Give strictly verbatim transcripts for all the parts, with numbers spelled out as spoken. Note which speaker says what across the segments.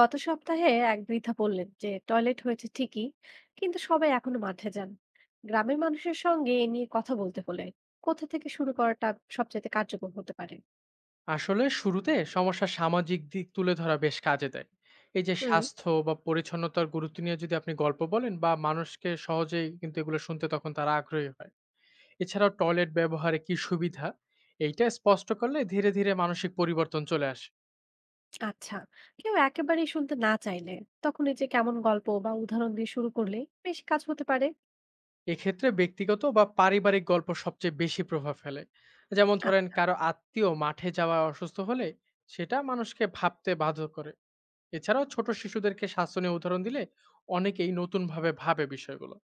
Speaker 1: গত সপ্তাহে এক বৃদ্ধা বললেন যে টয়লেট হয়েছে ঠিকই, কিন্তু সবাই এখনো মাঠে যান। গ্রামের মানুষের সঙ্গে এ নিয়ে কথা বলতে হলে কোথা থেকে শুরু করাটা সবচেয়ে কার্যকর হতে পারে?
Speaker 2: আসলে শুরুতে সমস্যার সামাজিক দিক তুলে ধরা বেশ কাজে দেয়। এই যে
Speaker 1: হুম।
Speaker 2: স্বাস্থ্য বা পরিচ্ছন্নতার গুরুত্ব নিয়ে যদি আপনি গল্প বলেন বা মানুষকে সহজেই কিন্তু এগুলো শুনতে তখন তারা আগ্রহী হয়। এছাড়াও টয়লেট ব্যবহারে কি সুবিধা, এইটা স্পষ্ট করলে ধীরে ধীরে মানসিক পরিবর্তন চলে আসে।
Speaker 1: আচ্ছা, কেউ একেবারেই শুনতে না চাইলে তখন এই যে কেমন গল্প বা উদাহরণ দিয়ে শুরু করলে বেশি কাজ হতে পারে?
Speaker 2: এক্ষেত্রে ব্যক্তিগত বা পারিবারিক গল্প সবচেয়ে বেশি প্রভাব ফেলে। যেমন ধরেন
Speaker 1: আচ্ছা।
Speaker 2: কারো আত্মীয় মাঠে যাওয়া অসুস্থ হলে সেটা মানুষকে ভাবতে বাধ্য করে। এছাড়াও ছোট শিশুদেরকে স্বাস্থ্য নিয়ে উদাহরণ দিলে অনেকেই নতুনভাবে ভাবে বিষয়গুলো।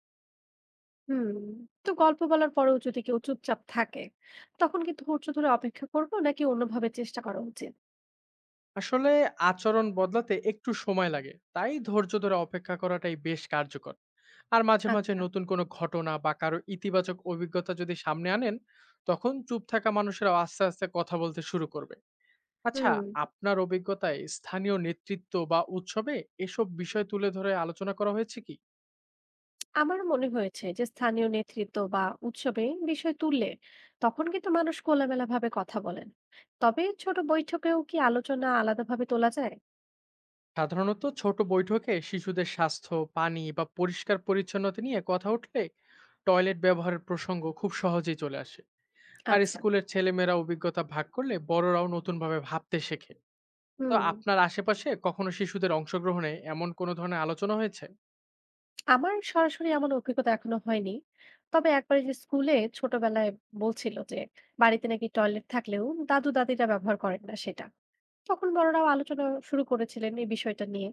Speaker 1: হুম। তো গল্প বলার পরেও যদি কেউ চুপচাপ থাকে, তখন কি ধৈর্য ধরে অপেক্ষা করবো নাকি অন্যভাবে চেষ্টা করা উচিত?
Speaker 2: আসলে আচরণ বদলাতে একটু সময় লাগে, তাই ধৈর্য ধরে অপেক্ষা করাটাই বেশ কার্যকর। আর মাঝে মাঝে
Speaker 1: আচ্ছা।
Speaker 2: নতুন কোনো ঘটনা বা কারো ইতিবাচক অভিজ্ঞতা যদি সামনে আনেন, তখন চুপ থাকা মানুষেরা আস্তে আস্তে কথা বলতে শুরু করবে। আচ্ছা,
Speaker 1: হুম।
Speaker 2: আপনার অভিজ্ঞতায় স্থানীয় নেতৃত্ব বা উৎসবে এসব বিষয় তুলে ধরে আলোচনা করা হয়েছে কি?
Speaker 1: আমার মনে হয়েছে যে স্থানীয় নেতৃত্ব বা উৎসবে বিষয় তুললে তখন কিন্তু মানুষ খোলামেলা ভাবে কথা বলেন। তবে ছোট বৈঠকেও কি আলোচনা আলাদাভাবে তোলা যায়?
Speaker 2: সাধারণত ছোট বৈঠকে শিশুদের স্বাস্থ্য, পানি বা পরিষ্কার পরিচ্ছন্নতা নিয়ে কথা উঠলে টয়লেট ব্যবহারের প্রসঙ্গ খুব সহজেই চলে আসে। আর
Speaker 1: আচ্ছা।
Speaker 2: স্কুলের ছেলেমেয়েরা অভিজ্ঞতা ভাগ করলে বড়রাও নতুনভাবে ভাবতে শেখে। তো
Speaker 1: হুম।
Speaker 2: আপনার আশেপাশে কখনো শিশুদের অংশগ্রহণে এমন কোনো ধরনের আলোচনা হয়েছে?
Speaker 1: আমার সরাসরি এমন অভিজ্ঞতা এখনো হয়নি। তবে একবার এই যে স্কুলে ছোটবেলায় বলছিল যে বাড়িতে নাকি টয়লেট থাকলেও দাদু দাদিরা ব্যবহার করেন না সেটা। তখন বড়রাও আলোচনা শুরু করেছিলেন এই বিষয়টা নিয়ে।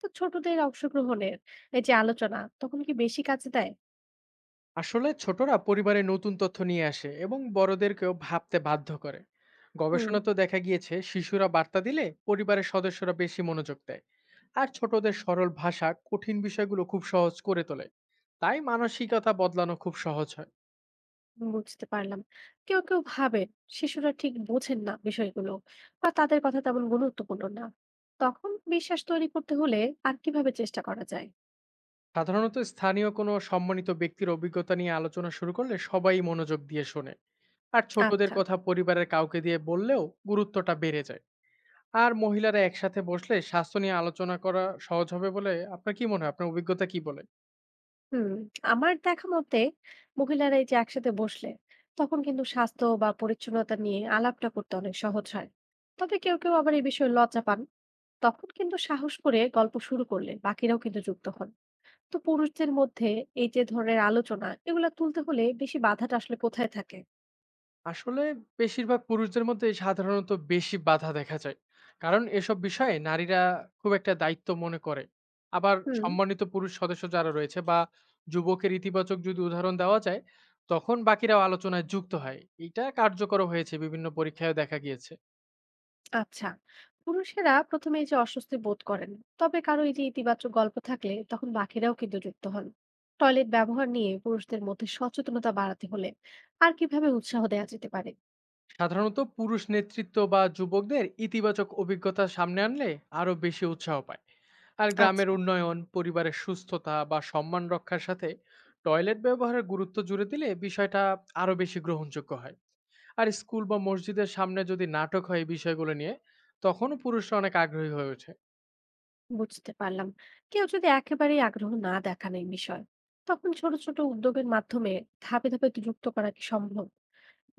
Speaker 1: তো ছোটদের অংশগ্রহণের এই যে আলোচনা তখন কি বেশি কাজে দেয়?
Speaker 2: আসলে ছোটরা পরিবারে নতুন তথ্য নিয়ে আসে এবং বড়দেরকেও ভাবতে বাধ্য করে।
Speaker 1: হুম।
Speaker 2: গবেষণা তো দেখা গিয়েছে শিশুরা বার্তা দিলে পরিবারের সদস্যরা বেশি মনোযোগ দেয়। আর ছোটদের সরল ভাষা কঠিন বিষয়গুলো খুব সহজ করে তোলে, তাই মানসিকতা বদলানো খুব সহজ হয়।
Speaker 1: বুঝতে পারলাম। কেউ, কেউ ভাবেন শিশুরা ঠিক বোঝেন না বিষয়গুলো বা তাদের কথা তেমন গুরুত্বপূর্ণ না। তখন বিশ্বাস তৈরি করতে হলে আর কিভাবে চেষ্টা করা যায়?
Speaker 2: সাধারণত স্থানীয় কোনো সম্মানিত ব্যক্তির অভিজ্ঞতা নিয়ে আলোচনা শুরু করলে সবাই মনোযোগ দিয়ে শোনে। আর ছোটদের
Speaker 1: আচ্ছা।
Speaker 2: কথা পরিবারের কাউকে দিয়ে বললেও গুরুত্বটা বেড়ে যায়। আর মহিলারা একসাথে বসলে স্বাস্থ্য নিয়ে আলোচনা করা সহজ হবে বলে আপনার কি মনে হয়? আপনার অভিজ্ঞতা কি বলে?
Speaker 1: হুম। আমার দেখা মতে মহিলারা এই যে একসাথে বসলে তখন কিন্তু স্বাস্থ্য বা পরিচ্ছন্নতা নিয়ে আলাপটা করতে অনেক সহজ হয়। তবে কেউ, কেউ আবার এই বিষয়ে লজ্জা পান। তখন কিন্তু সাহস করে গল্প শুরু করলে বাকিরাও কিন্তু যুক্ত হন। তো পুরুষদের মধ্যে এই যে ধরনের আলোচনা এগুলা তুলতে হলে বেশি বাধাটা আসলে কোথায় থাকে?
Speaker 2: আসলে বেশিরভাগ পুরুষদের মধ্যে সাধারণত বেশি বাধা দেখা যায়, কারণ এসব বিষয়ে নারীরা খুব একটা দায়িত্ব মনে করে। আবার
Speaker 1: হুম।
Speaker 2: সম্মানিত পুরুষ সদস্য যারা রয়েছে বা যুবকের ইতিবাচক যদি উদাহরণ দেওয়া যায়, তখন বাকিরাও আলোচনায় যুক্ত হয়। এটা কার্যকর হয়েছে বিভিন্ন পরীক্ষায় দেখা গিয়েছে।
Speaker 1: আচ্ছা, পুরুষেরা প্রথমে এই যে অস্বস্তি বোধ করেন, তবে কারো এই যে ইতিবাচক গল্প থাকলে তখন বাকিরাও কিন্তু যুক্ত হন। টয়লেট ব্যবহার নিয়ে পুরুষদের মধ্যে সচেতনতা বাড়াতে হলে আর কিভাবে উৎসাহ দেওয়া যেতে পারে?
Speaker 2: সাধারণত পুরুষ নেতৃত্ব বা যুবকদের ইতিবাচক অভিজ্ঞতা সামনে আনলে আরো বেশি উৎসাহ পায়। আর গ্রামের
Speaker 1: আচ্ছা।
Speaker 2: উন্নয়ন, পরিবারের সুস্থতা বা সম্মান রক্ষার সাথে টয়লেট ব্যবহারের গুরুত্ব জুড়ে দিলে বিষয়টা আরো বেশি গ্রহণযোগ্য হয়। আর স্কুল বা মসজিদের সামনে যদি নাটক হয় এই বিষয়গুলো নিয়ে, তখনও পুরুষরা অনেক আগ্রহী হয়ে ওঠে।
Speaker 1: বুঝতে পারলাম। কেউ যদি একেবারেই আগ্রহ না দেখান এই বিষয়ে, তখন ছোট ছোট উদ্যোগের মাধ্যমে ধাপে ধাপে যুক্ত করা কি সম্ভব?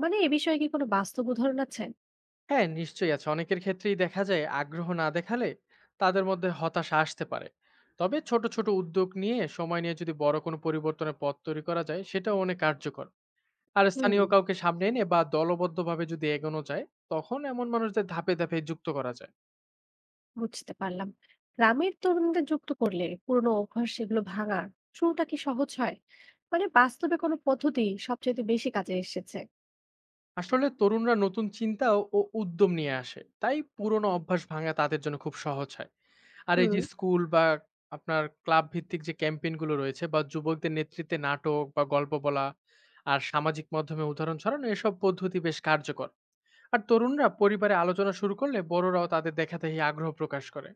Speaker 1: মানে এ বিষয়ে কি কোনো বাস্তব উদাহরণ আছে?
Speaker 2: হ্যাঁ, নিশ্চয়ই আছে। অনেকের ক্ষেত্রেই দেখা যায় আগ্রহ না দেখালে তাদের মধ্যে হতাশা আসতে পারে। তবে ছোট ছোট উদ্যোগ নিয়ে, সময় নিয়ে যদি বড় কোনো পরিবর্তনের পথ তৈরি করা যায়, সেটাও অনেক কার্যকর। আর
Speaker 1: হুম।
Speaker 2: স্থানীয় কাউকে সামনে এনে বা দলবদ্ধভাবে যদি এগোনো যায়, তখন এমন মানুষদের ধাপে ধাপে যুক্ত করা যায়।
Speaker 1: বুঝতে পারলাম। গ্রামের তরুণদের যুক্ত করলে পুরনো অভ্যাস সেগুলো ভাঙার শুরুটা কি সহজ হয়? মানে বাস্তবে কোনো পদ্ধতি সবচেয়ে বেশি কাজে এসেছে?
Speaker 2: আসলে তরুণরা নতুন চিন্তা ও ও উদ্যম নিয়ে আসে, তাই পুরনো অভ্যাস ভাঙা তাদের জন্য খুব সহজ হয়। আর এই
Speaker 1: হুম।
Speaker 2: যে স্কুল বা আপনার ক্লাব ভিত্তিক যে ক্যাম্পেইনগুলো রয়েছে বা যুবকদের নেতৃত্বে নাটক বা গল্প বলা, আর সামাজিক মাধ্যমে উদাহরণ ছড়ানো, এসব পদ্ধতি বেশ কার্যকর। আর তরুণরা পরিবারে আলোচনা শুরু করলে বড়রাও তাদের দেখাদেখি আগ্রহ প্রকাশ করে।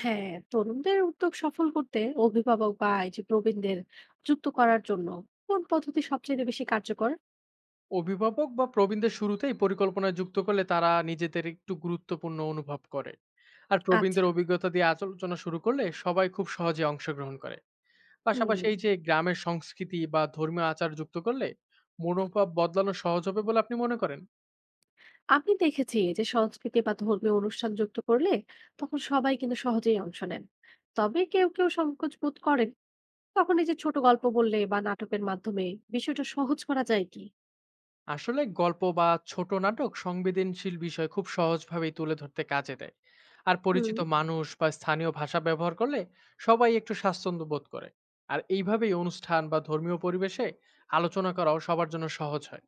Speaker 1: হ্যাঁ, তরুণদের উদ্যোগ সফল করতে অভিভাবক বা এই যে প্রবীণদের যুক্ত করার জন্য কোন পদ্ধতি সবচেয়ে বেশি কার্যকর?
Speaker 2: অভিভাবক বা প্রবীণদের শুরুতেই পরিকল্পনায় যুক্ত করলে তারা নিজেদের একটু গুরুত্বপূর্ণ অনুভব করে। আর
Speaker 1: আচ্ছা।
Speaker 2: প্রবীণদের অভিজ্ঞতা দিয়ে আলোচনা শুরু করলে সবাই খুব সহজে অংশগ্রহণ করে।
Speaker 1: হুম।
Speaker 2: পাশাপাশি এই যে গ্রামের সংস্কৃতি বা ধর্মীয় আচার যুক্ত করলে মনোভাব বদলানো সহজ হবে বলে আপনি মনে করেন?
Speaker 1: আমি দেখেছি যে সংস্কৃতি বা ধর্মীয় অনুষ্ঠান যুক্ত করলে তখন সবাই কিন্তু সহজেই অংশ নেন। তবে কেউ কেউ সংকোচ বোধ করেন। তখন এই যে ছোট গল্প বললে বা নাটকের মাধ্যমে বিষয়টা সহজ করা যায় কি?
Speaker 2: আসলে গল্প বা ছোট নাটক সংবেদনশীল বিষয় খুব সহজভাবেই তুলে ধরতে কাজে দেয়। আর
Speaker 1: হুম।
Speaker 2: পরিচিত মানুষ বা স্থানীয় ভাষা ব্যবহার করলে সবাই একটু স্বাচ্ছন্দ্য বোধ করে। আর এইভাবেই অনুষ্ঠান বা ধর্মীয় পরিবেশে আলোচনা করাও সবার জন্য সহজ হয়।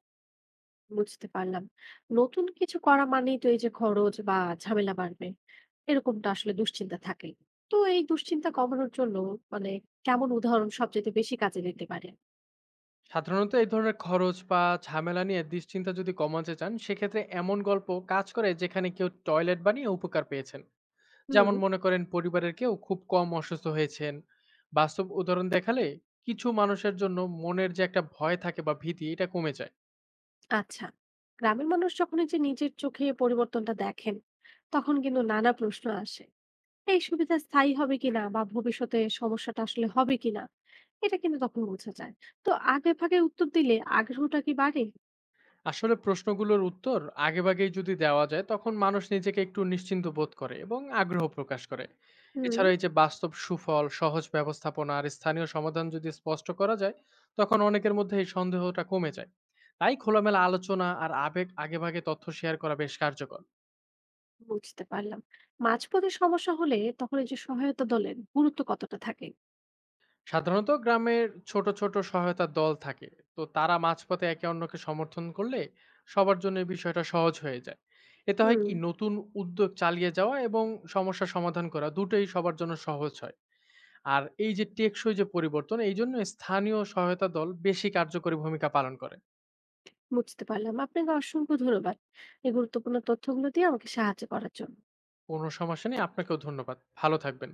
Speaker 1: বুঝতে পারলাম। নতুন কিছু করা মানেই তো এই যে খরচ বা ঝামেলা বাড়বে, এরকমটা আসলে দুশ্চিন্তা থাকে। তো এই দুশ্চিন্তা কমানোর জন্য মানে কেমন উদাহরণ সবচেয়ে বেশি কাজে দিতে পারে?
Speaker 2: সাধারণত এই ধরনের খরচ বা ঝামেলা নিয়ে দুশ্চিন্তা যদি কমাতে চান, সেক্ষেত্রে এমন গল্প কাজ করে যেখানে কেউ টয়লেট বানিয়ে উপকার পেয়েছেন।
Speaker 1: হুম।
Speaker 2: যেমন মনে করেন পরিবারের কেউ খুব কম অসুস্থ হয়েছেন। বাস্তব উদাহরণ দেখালে কিছু মানুষের জন্য মনের যে একটা ভয় থাকে বা ভীতি, এটা কমে যায়।
Speaker 1: আচ্ছা, গ্রামের মানুষ যখন এই যে নিজের চোখে পরিবর্তনটা দেখেন তখন কিন্তু নানা প্রশ্ন আসে। এই সুবিধা স্থায়ী হবে কিনা বা ভবিষ্যতে সমস্যাটা আসলে হবে কিনা, এটা কিন্তু তখন বোঝা যায়। তো আগে ভাগে উত্তর দিলে আগ্রহটা কি বাড়ে?
Speaker 2: আসলে প্রশ্নগুলোর উত্তর আগেভাগেই যদি দেওয়া যায়, তখন মানুষ নিজেকে একটু নিশ্চিন্ত বোধ করে এবং আগ্রহ প্রকাশ করে।
Speaker 1: হুম।
Speaker 2: এছাড়া এই যে বাস্তব সুফল, সহজ ব্যবস্থাপনা আর স্থানীয় সমাধান যদি স্পষ্ট করা যায়, তখন অনেকের মধ্যে এই সন্দেহটা কমে যায়। তাই খোলামেলা আলোচনা আর আবেগ, আগেভাগে তথ্য শেয়ার করা বেশ কার্যকর।
Speaker 1: বুঝতে পারলাম। মাঝপথে সমস্যা হলে তখন এই যে সহায়তা দলের গুরুত্ব কতটা থাকে?
Speaker 2: সাধারণত গ্রামের ছোট ছোট সহায়তা দল থাকে। তো তারা মাঝপথে একে অন্যকে সমর্থন করলে সবার জন্য এই বিষয়টা সহজ হয়ে যায়। এতে হয়
Speaker 1: হুম।
Speaker 2: কি, নতুন উদ্যোগ চালিয়ে যাওয়া এবং সমস্যা সমাধান করা দুটোই সবার জন্য সহজ হয়। আর এই যে টেকসই যে পরিবর্তন, এই জন্য স্থানীয় সহায়তা দল বেশি কার্যকরী ভূমিকা পালন করে।
Speaker 1: বুঝতে পারলাম। আপনাকে অসংখ্য ধন্যবাদ এই গুরুত্বপূর্ণ তথ্যগুলো দিয়ে আমাকে সাহায্য করার জন্য।
Speaker 2: কোনো সমস্যা নেই, আপনাকেও ধন্যবাদ। ভালো থাকবেন।